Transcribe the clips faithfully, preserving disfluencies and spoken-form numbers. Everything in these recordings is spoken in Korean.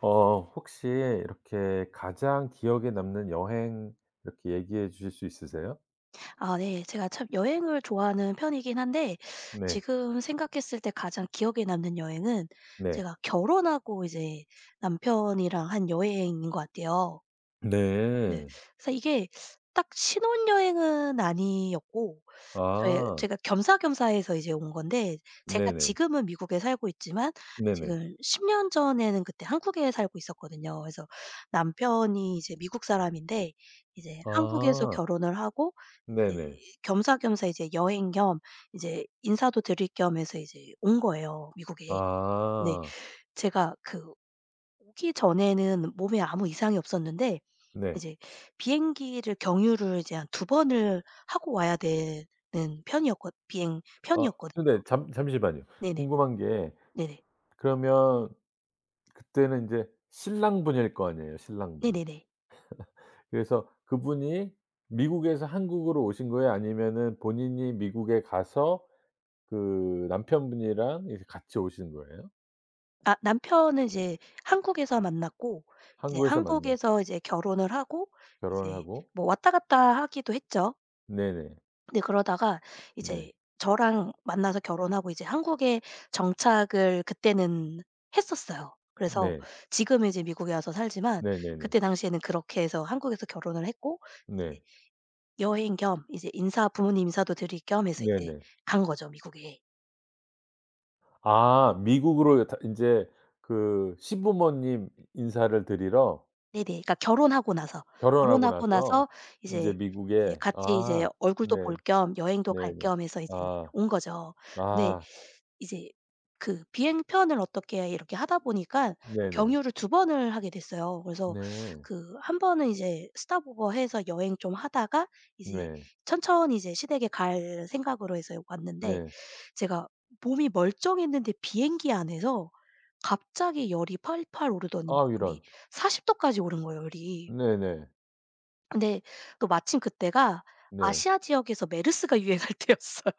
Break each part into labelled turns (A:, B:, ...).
A: 어 혹시 이렇게 가장 기억에 남는 여행 이렇게 얘기해 주실 수 있으세요?
B: 아 네. 제가 참 여행을 좋아하는 편이긴 한데,
A: 네.
B: 지금 생각했을 때 가장 기억에 남는 여행은
A: 네.
B: 제가 결혼하고 이제 남편이랑 한 여행인 것 같아요. 네.
A: 네.
B: 그래서 이게 딱 신혼여행은 아니었고, 저의
A: 아.
B: 제가 겸사겸사 해서 이제 온 건데, 제가
A: 네네.
B: 지금은 미국에 살고 있지만
A: 네네.
B: 지금 십 년 전에는 그때 한국에 살고 있었거든요. 그래서 남편이 이제 미국 사람인데, 이제 한국에서
A: 아.
B: 결혼을 하고, 이제
A: 네네.
B: 겸사겸사 이제 여행 겸 이제 인사도 드릴 겸 해서 이제 온 거예요, 미국에. 네.
A: 아.
B: 제가 그 오기 전에는 몸에 아무 이상이 없었는데,
A: 네.
B: 이제 비행기를 경유를 이제 한 두 번을 하고 와야 되는 편이었거 비행
A: 아
B: 편이었거든요.
A: 근데 잠 잠시만요.
B: 네네.
A: 궁금한 게
B: 네네.
A: 그러면 그때는 이제 신랑분일 거 아니에요, 신랑분.
B: 네네네.
A: 그래서 그분이 미국에서 한국으로 오신 거예요? 아니면은 본인이 미국에 가서 그 남편분이랑 이제 같이 오신 거예요?
B: 아 남편은 이제 한국에서 만났고, 이제
A: 한국에서 만나
B: 한국에서 이제 결혼을 하고,
A: 결혼을
B: 이제
A: 하고
B: 뭐 왔다 갔다 하기도 했죠.
A: 네네.
B: 근데 그러다가
A: 네.
B: 이제 저랑 만나서 결혼하고 이제 한국에 정착을 그때는 했었어요. 그래서
A: 네.
B: 지금은 이제 미국에 와서 살지만,
A: 네네네.
B: 그때 당시에는 그렇게 해서 한국에서 결혼을 했고, 이제
A: 네.
B: 여행 겸 이제 인사 부모님 인사도 드릴 겸 해서 이제
A: 네네.
B: 간 거죠, 미국에.
A: 아 미국으로 다 인제 그 시부모님 인사를 드리러
B: 네네. 그러니까 결혼하고 나서,
A: 결혼하고
B: 결혼하고
A: 나서
B: 나서
A: 인제
B: 이제 이제
A: 미국에
B: 같이 이제
A: 아
B: 얼굴도
A: 네.
B: 볼 겸 여행도 갈
A: 네네.
B: 겸 해서 이제
A: 아.
B: 온 거죠. 근데
A: 아.
B: 이제 그 비행편을 어떻게 이렇게 하다 보니까
A: 네네.
B: 경유를 두 번을 하게 됐어요. 그래서
A: 네.
B: 그 한 번은 이제 스톱 오버 해서 여행 좀 하다가 이제
A: 네.
B: 천천히 이제 시댁에 갈 생각으로 해서 왔는데,
A: 네.
B: 제가 몸이 멀쩡했는데 비행기 안에서 갑자기 열이 팔팔 오르더니,
A: 아
B: 열이
A: 이런.
B: 사십 도 도까지 오른 거예요, 열이.
A: 네네.
B: 근데 또 마침 그때가
A: 네.
B: 아시아 지역에서 메르스가 유행할 때였어요.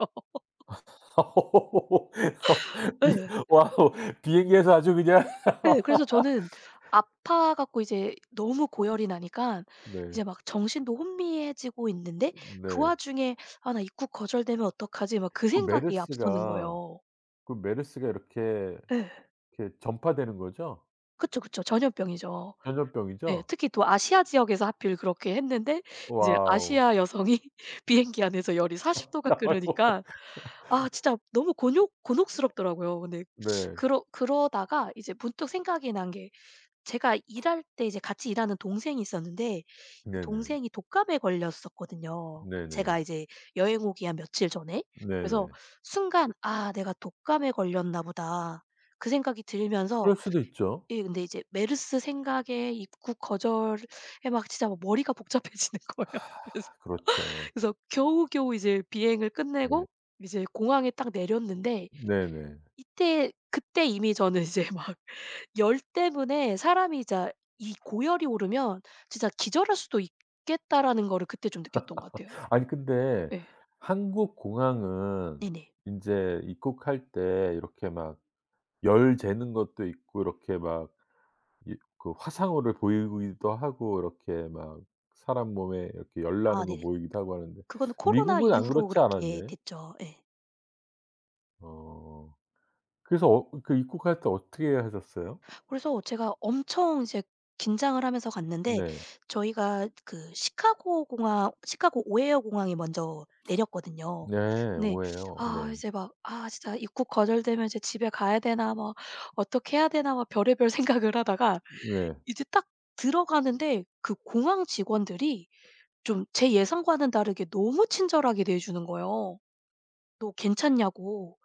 A: 비
B: 예.
A: 와우. 비행기에서 아주 그냥
B: 예.
A: 어.
B: 그래서 저는 아파 갖고 이제 너무 고열이 나니까
A: 네.
B: 이제 막 정신도 혼미해지고 있는데, 그
A: 네.
B: 와중에 '아 나 입국 거절되면 어떡하지?' 막 그
A: 그
B: 생각이 앞서는
A: 메르스가
B: 거예요.
A: 그 메르스가 이렇게
B: 예.
A: 이렇게 전파되는 거죠?
B: 그쵸, 그쵸. 전염병이죠. 예.
A: 전염병이죠?
B: 특히 또 아시아 지역에서 하필 그렇게 했는데 이제
A: 와우.
B: 아시아 여성이 비행기 안에서 열이 사십 도 도가 끓으니까,
A: 아
B: 아 진짜 너무 곤욕 곤혹스럽더라고요. 근데
A: 이 네.
B: 그러 그러다가 이제 문득 생각이 난 게, 제가 일할 때 이제 같이 일하는 동생이 있었는데, 이
A: 네네.
B: 동생이 독감에 걸렸었거든요,
A: 네네.
B: 제가 이제 여행 오기 한 며칠 전에. 그래서
A: 네네.
B: 순간 '아 내가 독감에 걸렸나 보다.' 그 생각이 들면서,
A: 그럴 수도 있죠.
B: 예 근데 이제 메르스 생각에 입국 거절에 막 진짜 막 머리가 복잡해지는 거예요. 그래서
A: 아 그렇죠.
B: 그래서 겨우겨우 이제 비행을
A: 예.
B: 끝내고 이제 공항에 딱 내렸는데,
A: 네네.
B: 이때 그때 이미 저는 이제 막 열 때문에 사람이 진짜, 이 고열이 오르면 진짜 '기절할 수도 있겠다.'라는 거를 그때 좀 느꼈던 것 같아요.
A: 아니 근데
B: 예.
A: 한국 공항은
B: 네네.
A: 인제 입국할 때 이렇게 막 열 재는 것도 있고 이렇게 막 이 그 화상으로 보이기도 하고 이렇게 막 사람 몸에 이렇게 열
B: 아
A: 나는 거
B: 네네.
A: 보이기도 하고 하는데
B: 그거는 코로나
A: 미국은 안
B: 이후로
A: 그렇지
B: 그렇게
A: 않았나요?
B: 됐죠. 예.
A: 어. 그래서 어 그 입국할 때 어떻게 하셨어요?
B: 그래서 제가 엄청 이제 긴장을 하면서 갔는데,
A: 네.
B: 저희가 그 시카고 공항 시카고 오헤어 공항에 먼저 내렸거든요.
A: 네.
B: 네.
A: 오해요
B: 아
A: 네.
B: 이제 막 '아 진짜 입국 거절되면 이제 집에 가야 되나, 뭐 어떻게 해야 되나.' 막 별의별 생각을 하다가
A: 네.
B: 이제 딱 들어가는데, 그 공항 직원들이 좀 제 예상과는 다르게 너무 친절하게 대해 주는 거예요. "너 괜찮냐."고.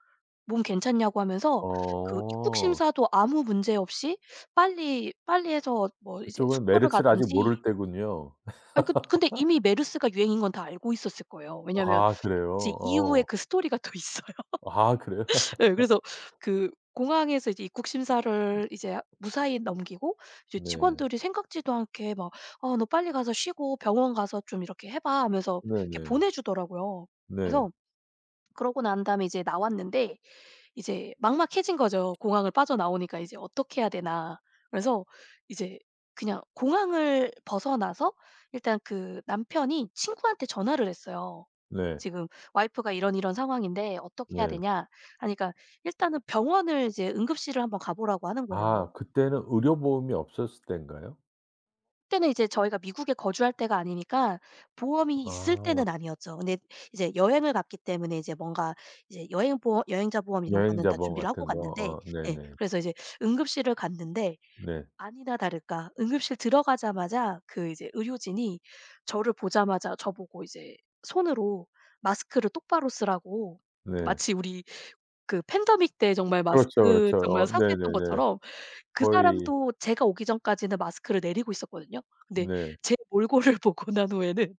B: 몸 괜찮냐고 하면서 그 입국
A: 어.
B: 심사도 아무 문제 없이 빨리 빨리 해서, 뭐 이제
A: 그쪽은
B: 숙소를
A: 메르스를 아직
B: 가든지.
A: 모를 때군요.
B: 아니 그 근데 이미 메르스가 유행인 건 다 알고 있었을 거예요. 왜냐면
A: 아
B: 이제
A: 그래요?
B: 이후에
A: 어.
B: 그 스토리가 또 있어요.
A: 아 그래요?
B: 예 그래서, 그 공항에서 이제 입국 심사를 이제 무사히 넘기고, 이제
A: 네.
B: 직원들이 생각지도 않게 막 "아 너 빨리 가서 쉬고 병원 가서 좀 이렇게 해 봐." 하면서 이렇게
A: 네네.
B: 보내 주더라고요.
A: 네.
B: 그래서 그러고 난 다음에 이제 나왔는데, 이제 막막해진 거죠. 공항을 빠져나오니까 이제 '어떻게 해야 되나.' 그래서 이제 그냥 공항을 벗어나서 일단 그 남편이 친구한테 전화를 했어요.
A: 네. 네.
B: "지금 와이프가 이런 이런 상황인데 어떻게 해야
A: 네.
B: 되냐." 하니까, 일단은 병원을 이제 응급실을 한번 가 보라고 하는 거예요.
A: 아 그때는 의료 보험이 없었을 때인가요?
B: 그때는 이제 저희가 미국에 거주할 때가 아니니까 보험이 있을
A: 아.
B: 때는 아니었죠. 근데 이제 여행을 갔기 때문에 이제 뭔가, 이제 여행 보험 여행자 보험 이런 거는 다
A: 여행자범
B: 준비를 하고
A: 같은 거.
B: 갔는데,
A: 어
B: 예
A: 네네.
B: 그래서 이제 응급실을 갔는데,
A: 네.
B: 아니나 다를까 응급실 들어가자마자 그 이제 의료진이 저를 보자마자 저보고 이제 손으로 마스크를 똑바로 쓰라고,
A: 네.
B: 마치 우리 그 팬데믹 때 정말
A: 그렇죠,
B: 마스크
A: 그렇죠.
B: 정말
A: 어
B: 사수했던
A: 네네네.
B: 것처럼. 그
A: 거의
B: 사람도 제가 오기 전까지는 마스크를 내리고 있었거든요. 근데
A: 네.
B: 제 몰골을 보고 난 후에는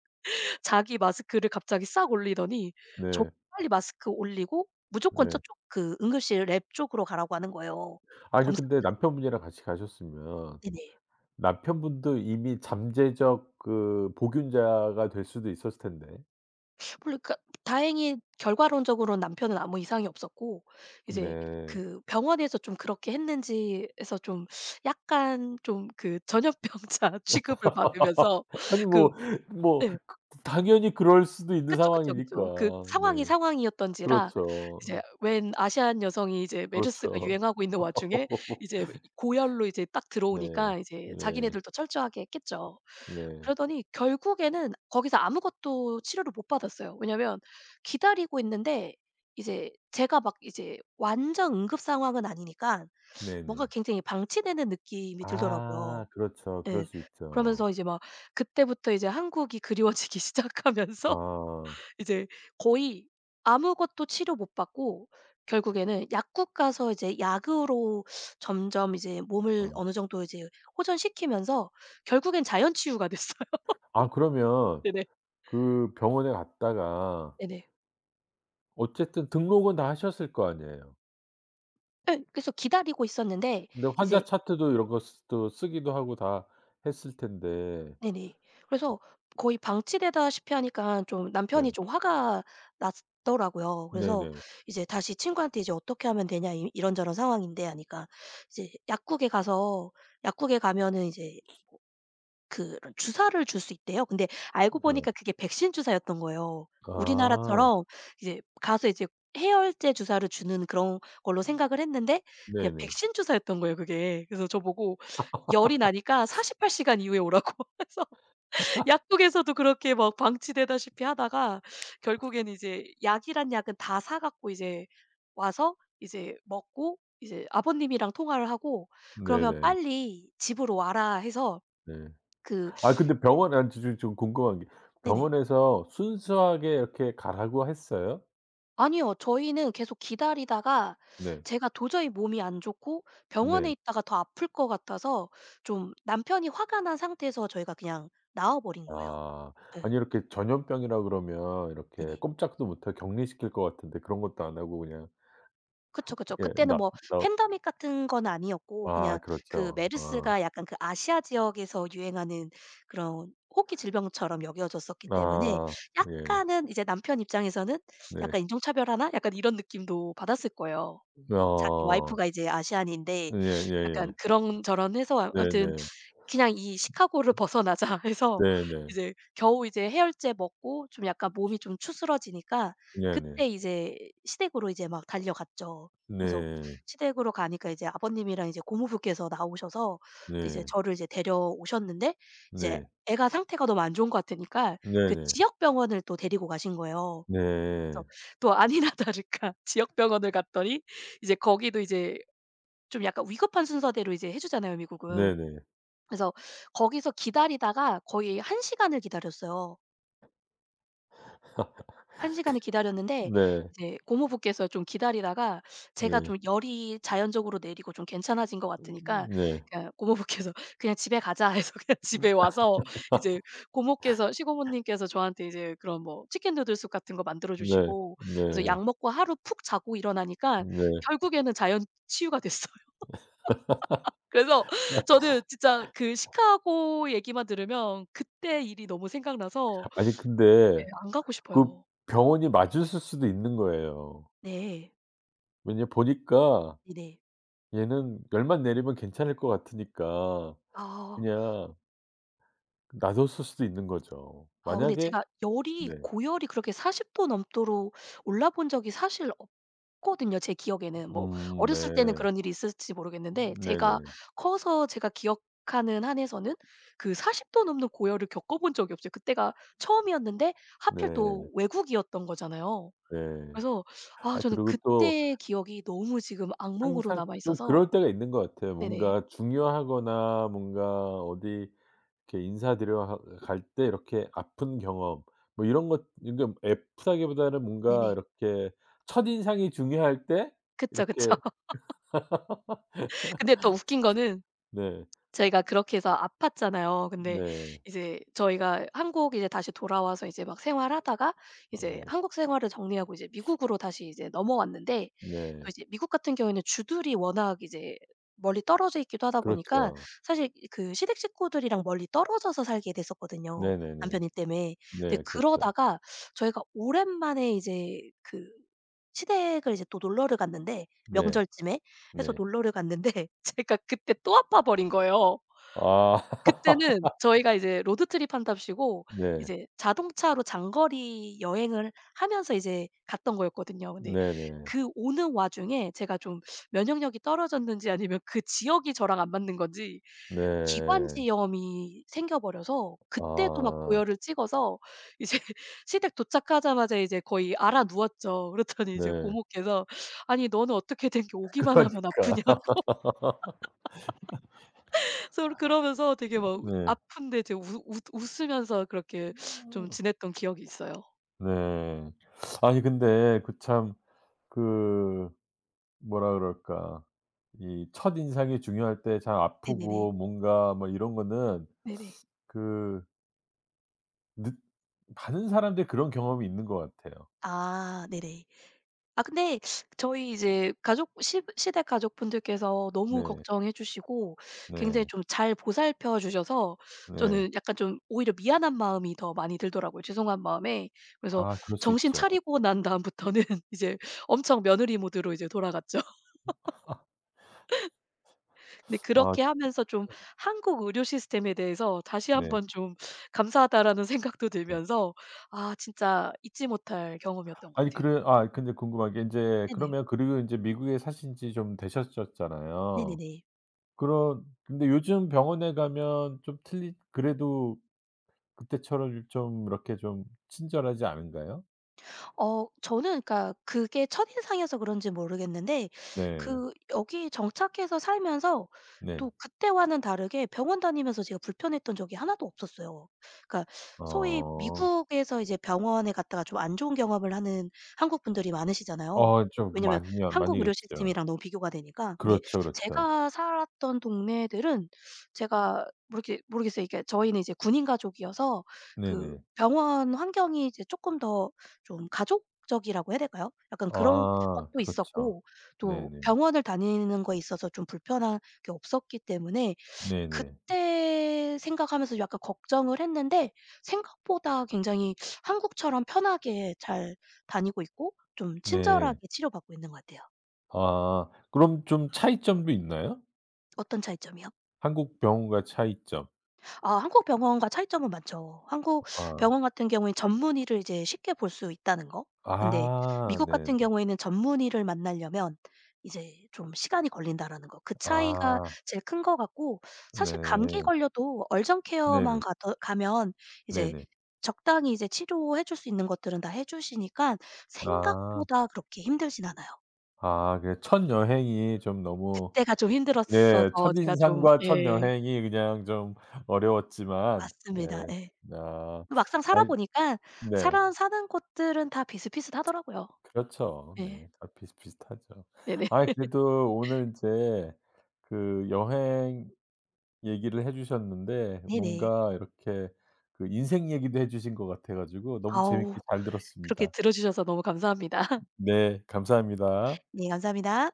B: 자기 마스크를 갑자기 싹 올리더니, 저보고
A: 네.
B: 빨리 마스크 올리고 무조건
A: 네.
B: 저쪽 그 응급실 랩 쪽으로 가라고 하는 거예요,
A: 아니 근데
B: 검사받으러.
A: 남편분이랑 같이 가셨으면
B: 네네.
A: 남편분도 이미 잠재적 그 보균자가 될 수도 있었을 텐데.
B: 별로, 그러니까 다행히 결과론적으로는 남편은 아무 이상이 없었고, 이제
A: 네.
B: 그 병원에서 좀 그렇게 했는지에서 좀, 약간 좀 그 전염병자 취급을 받으면서
A: 아니
B: 그.
A: 뭐 뭐
B: 예.
A: 그 당연히 그럴 수도 있는
B: 그쵸, 그쵸,
A: 상황이니까.
B: 그쵸. 그 상황이
A: 네.
B: 상황이었던지라
A: 그렇죠.
B: 이제 웬 아시안 여성이 이제 메르스가
A: 그렇죠.
B: 유행하고 있는 와중에 이제 이 고열로 이제 딱
A: 네.
B: 들어오니까 이제
A: 네.
B: 자기네들도 철저하게 했겠죠.
A: 네.
B: 그러더니 결국에는 거기서 아무것도 치료를 못 받았어요. 왜냐면 기다리고 있는데, 이제 제가 막 이제 완전 응급 상황은 아니니까, 뭔가
A: 네네.
B: 굉장히 방치되는 느낌이 들더라고요.
A: 아 그렇죠. 그럴
B: 예.
A: 수 있죠.
B: 그러면서 이제 막 그때부터 이제 한국이 그리워지기 시작하면서,
A: 아.
B: 이제 거의 아무것도 치료 못 받고, 결국에는 약국 가서 이제 약으로 점점 이제 몸을
A: 아.
B: 어느 정도 이제 호전시키면서, 결국엔 자연 치유가 됐어요.
A: 아 그러면
B: 네네.
A: 그 병원에 갔다가
B: 네네.
A: 어쨌든 등록은 다 하셨을 거 아니에요.
B: 예. 그래서 기다리고 있었는데
A: 근데
B: 이제
A: 환자 차트도 이런 거 쓰 또 쓰기도 하고 다 했을 텐데
B: 네네.
A: 어
B: 그래서 거의 방치되다시피 하니까 좀
A: 네.
B: 남편이 좀 화가 났더라고요. 그래서
A: 네네.
B: 이제 다시 친구한테 이제 "어떻게 하면 되냐. 이 이런저런 상황인데." 하니까, 이제 약국에 가서, 약국에 가면은 이제 그런 주사를 줄 수 있대요. 근데 알고
A: 네.
B: 보니까 그게 백신 주사였던 거예요.
A: 아.
B: 우리나라처럼 이제 가서 이제 해열제 주사를 주는 그런 걸로 생각을 했는데 그냥
A: 네네.
B: 백신 주사였던 거예요, 그게. 그래서 저보고 열이 나니까 48 시간 이후에 오라고 해서 약국에서도 그렇게 막 방치되다시피 하다가, 결국에는 이제 약이란 약은 다 사 갖고 이제 와서 이제 먹고, 이제 아버님이랑 통화를 하고 "그러면
A: 네네.
B: 빨리 집으로 와라." 해서
A: 네.
B: 그.
A: 아 근데 병원 아 저 저 좀 궁금한 게
B: 네네.
A: 병원에서 순수하게 이렇게 가라고 했어요?
B: 아니요. 저희는 계속 기다리다가
A: 네.
B: 제가 도저히 몸이 안 좋고 병원에
A: 네.
B: 있다가 더 아플 것 같아서, 좀 남편이 화가 난 상태에서 저희가 그냥 나와 버린 거예요.
A: 아.
B: 예.
A: 아니 이렇게 전염병이라 그러면 이렇게
B: 네네.
A: 꼼짝도 못하고 격리시킬 것 같은데 그런 것도 안 하고 그냥
B: 그쵸, 그쵸.
A: 예
B: 그때는
A: 나
B: 뭐
A: 나
B: 팬데믹 같은 건 아니었고,
A: 아
B: 그냥 그
A: 그렇죠. 어.
B: 메르스가 약간 그 아시아 지역에서 유행하는 그런 호기 질병처럼 여겨졌었기 때문에,
A: 아 예.
B: 약간은 이제 남편 입장에서는
A: 네.
B: 약간 '인종차별하나?' 약간 이런 느낌도 받았을 거예요. 자기
A: 어.
B: 와이프가 이제 아시안인데. 약간
A: 예예예.
B: 그런저런 해서 아무튼
A: 네네.
B: 그냥 이 시카고를 벗어나자 해서
A: 네 네.
B: 이제 겨우 이제 해열제 먹고 좀 약간 몸이 좀 추스러지니까,
A: 네 네.
B: 그때 이제 시댁으로 이제 막 달려갔죠. 그래서
A: 네.
B: 시댁으로 가니까 이제 아버님이랑 이제 고모부께서 나오셔서 이제
A: 네.
B: 저를 이제 데려오셨는데, 이제
A: 네.
B: 애가 상태가 너무 안 좋은 것 같으니까
A: 네
B: 그
A: 네.
B: 지역 병원을 또 데리고 가신 거예요. 그래서
A: 네.
B: 또 아니나 다를까 지역 병원을 갔더니, 이제 거기도 이제 좀 약간 위급한 순서대로 이제 해 주잖아요, 미국은.
A: 네네.
B: 그래서 거기서 기다리다가 거의 한 시간 시간을 기다렸어요. 한 시간 시간을 기다렸는데
A: 네.
B: 이제 고모부께서 좀 기다리다가, 제가
A: 네.
B: 좀 열이 자연적으로 내리고 좀 괜찮아진 것 같으니까
A: 네.
B: 그냥 고모부께서 "그냥 집에 가자." 해서, 그냥 집에 와서 이제 고모께서 시고모님께서 저한테 이제 그런 뭐 치킨 누들 숲 같은 거
A: 네. 네. 네. 네, 네, 네,
B: 만들어 주시고, 그래서
A: 네, 네,
B: 약 먹고 하루 푹 자고 일어나니까
A: 네,
B: 결국에는 자연 치유가 됐어요. 그래서
A: 네.
B: 저는 진짜 그 시카고 얘기만 들으면 그때 일이 너무 생각나서.
A: 아니
B: 네.
A: 근데
B: 안 가고
A: 그
B: 싶어요.
A: 병원이 맞으실 수도 있는 거예요.
B: 네.
A: 왜냐 보니까
B: 네네.
A: 얘는 열만 내리면 괜찮을 것 같으니까
B: 아.
A: 그냥 놔뒀을 수도 있는 거죠.
B: 아 근데
A: 만약에
B: 제가 열이
A: 네.
B: 고열이 그렇게 사십 도 넘도록 올라 본 적이 사실 없거든요, 제 기억에는. 뭐
A: 음
B: 어렸을 때는
A: 네.
B: 그런 일이 있었을지 모르겠는데, 제가
A: 네네.
B: 커서 제가 기억하는 한에서는 그 사십 도 넘는 고열을 겪어 본 적이 없어요. 그때가 처음이었는데 하필 또
A: 네.
B: 외국이었던 거잖아요.
A: 네.
B: 그래서 아
A: 아
B: 저는
A: 그리고 또
B: 그때의 기억이 너무 지금 악몽으로
A: 항상
B: 남아
A: 좀
B: 있어서.
A: 그럴 때가 있는 것 같아요.
B: 네네.
A: 뭔가 중요하거나 뭔가 어디 이렇게 인사드려 하 갈 때 이렇게 아픈 경험 뭐 이런 것 그러니까 애프다기보다는 뭔가
B: 네네.
A: 이렇게 첫인상이 중요할 때
B: 그쵸, 그쵸.
A: 이렇게
B: 근데 더 웃긴 거는,
A: 네.
B: 저희가 그렇게 해서 아팠잖아요. 근데
A: 네.
B: 이제 저희가 한국 이제 다시 돌아와서 이제 막 생활하다가, 이제
A: 네.
B: 한국 생활을 정리하고 이제 미국으로 다시 이제 넘어왔는데,
A: 네.
B: 또
A: 네.
B: 이제 미국 같은 경우에는 주들이 워낙 이제 멀리 떨어져 있기도 하다 보니까
A: 그렇죠.
B: 사실 그 시댁 식구들이랑 멀리 떨어져서 살게 됐었거든요,
A: 네네네.
B: 남편 이 때문에. 근데
A: 네. 그렇죠.
B: 그러다가 저희가 오랜만에 이제 그 시댁을 이제 또 놀러를 갔는데,
A: 네.
B: 명절쯤에 해서
A: 네.
B: 놀러를 갔는데, 제가 그때 또 아파 버린 거예요.
A: 아.
B: 그때는 저희가 이제 로드트립 한답시고
A: 네.
B: 이제 자동차로 장거리 여행을 하면서 이제 갔던 거였거든요. 근데
A: 네네.
B: 그 오는 와중에 제가 좀 면역력이 떨어졌는지 아니면 그 지역이 저랑 안 맞는 건지
A: 네.
B: 기관지염이 생겨 버려서 그때도 막
A: 아.
B: 고열을 찍어서 이제 시댁 도착하자마자 이제 거의 알아 누웠죠. 그랬더니 이제
A: 네.
B: 고모께서 "아니 너는 어떻게 된 게 오기만 하면
A: 그러니까.
B: 아프냐." 서로 그러면서 되게 막
A: 네.
B: 아픈데 제웃 웃 웃으면서 그렇게 좀 지냈던 기억이 있어요.
A: 네. 아니 근데 그 참 그 뭐라 그럴까. 이 첫인상이 중요할 때 참
B: 네네네.
A: 아프고 뭔가 뭐 이런 거는
B: 네네.
A: 그 느 많은 사람들이 그런 경험이 있는 것 같아요.
B: 아 네네. 아 근데 저희 이제 가족 시 시댁 가족분들께서 너무
A: 네.
B: 걱정해 주시고 굉장히
A: 네.
B: 좀 잘 보살펴 주셔서,
A: 네.
B: 저는 약간 좀 오히려 미안한 마음이 더 많이 들더라고요, 죄송한 마음에. 그래서
A: 아 그럴 수
B: 정신
A: 있죠.
B: 차리고 난 다음부터는 이제 엄청 며느리 모드로 이제 돌아갔죠. 근데
A: 아
B: 그렇게 하면서 좀 '한국 의료 시스템에 대해서 다시
A: 네.
B: 한번 좀 감사하다.'라는 생각도
A: 네.
B: 들면서, 아 진짜 잊지 못할 경험이었던 것
A: 아니
B: 같아요.
A: 그래 아 근데 궁금한 게 인제
B: 네네.
A: 그러면 그리고 인제 미국에 사신 지 좀 되셨었잖아요.
B: 네네네.
A: 그런 근데 요즘 병원에 가면 좀 틀리 그래도 그때처럼 좀 이렇게 좀 친절하지 않은가요?
B: 어 저는 그러니까 그게 첫인상이어서 그런지 모르겠는데,
A: 네.
B: 그 여기 정착해서 살면서
A: 네.
B: 또 그때와는 다르게 병원 다니면서 제가 불편했던 적이 하나도 없었어요. 그러니까 소위
A: 어.
B: 미국에서 이제 병원에 갔다가 좀 안 좋은 경험을 하는 한국 분들이 많으시잖아요.
A: 어 좀
B: 왜냐면
A: 많이요
B: 한국
A: 많이
B: 의료
A: 계시죠.
B: 시스템이랑 너무 비교가 되니까. 근데
A: 그렇죠, 그렇죠.
B: 제가 살았던 동네들은, 제가 모르겠 모르겠어요. 이게 저희는 이제 군인 가족이어서 그
A: 네네.
B: 병원 환경이 이제 쪼끔 더 좀 가족적이라고 해야 될까요? 약간 그런
A: 아
B: 것도
A: 그렇죠.
B: 있었고, 또
A: 네네.
B: 병원을 다니는 거에 있어서 좀 불편한 게 없었기 때문에
A: 네네.
B: 그때 생각하면서 약간 걱정을 했는데, 생각보다 굉장히 한국처럼 편하게 잘 다니고 있고 좀
A: 네.
B: 친절하게 치료받고 있는 것 같아요.
A: 아 그럼 좀 차이점도 있나요?
B: 어떤 차이점이요?
A: 한국 병원과 차이점.
B: 아 한국 병원과 차이점은 많죠. 한국
A: 아.
B: 병원 같은 경우엔 전문의를 이제 쉽게 볼 수 있다는 거. 근데
A: 아
B: 미국
A: 네네.
B: 같은 경우에는 전문의를 만나려면 이제 좀 시간이 걸린다라는 거. 그 차이가
A: 아
B: 제일 큰 것 같고, 사실 감기
A: 네.
B: 걸려도 얼정 케어만
A: 네네.
B: 가 가면 이제
A: 네네.
B: 적당히 이제 치료해 줄 수 있는 것들은 다 해 주시니까
A: 아.
B: 생각보다 그렇게 힘들진 않아요.
A: 아 그래 첫 여행이 좀 너무
B: 그때가 좀
A: 네
B: 힘들었어서, 제가 좀.
A: 첫인상과 첫
B: 예.
A: 여행이 그냥 좀 어려웠지만
B: 맞습니다.
A: 네.
B: 예.
A: 아.
B: 그 막상 살아
A: 아이
B: 보니까
A: 네.
B: 살아 사는 곳들은 다 비슷비슷하더라고요.
A: 그렇죠.
B: 네.
A: 네. 다 비슷비슷하죠.
B: 네. 네네.
A: 아이 그래도 오늘 인제 그 여행 얘기를 해 주셨는데
B: 네네.
A: 뭔가 이렇게 그 인생 얘기도 해 주신 것 같아 가지고 너무
B: 아우,
A: 재밌게 잘
B: 그렇게
A: 들었습니다.
B: 들어 주셔서 너무 감사합니다.
A: 네 감사합니다.
B: 네 감사합니다.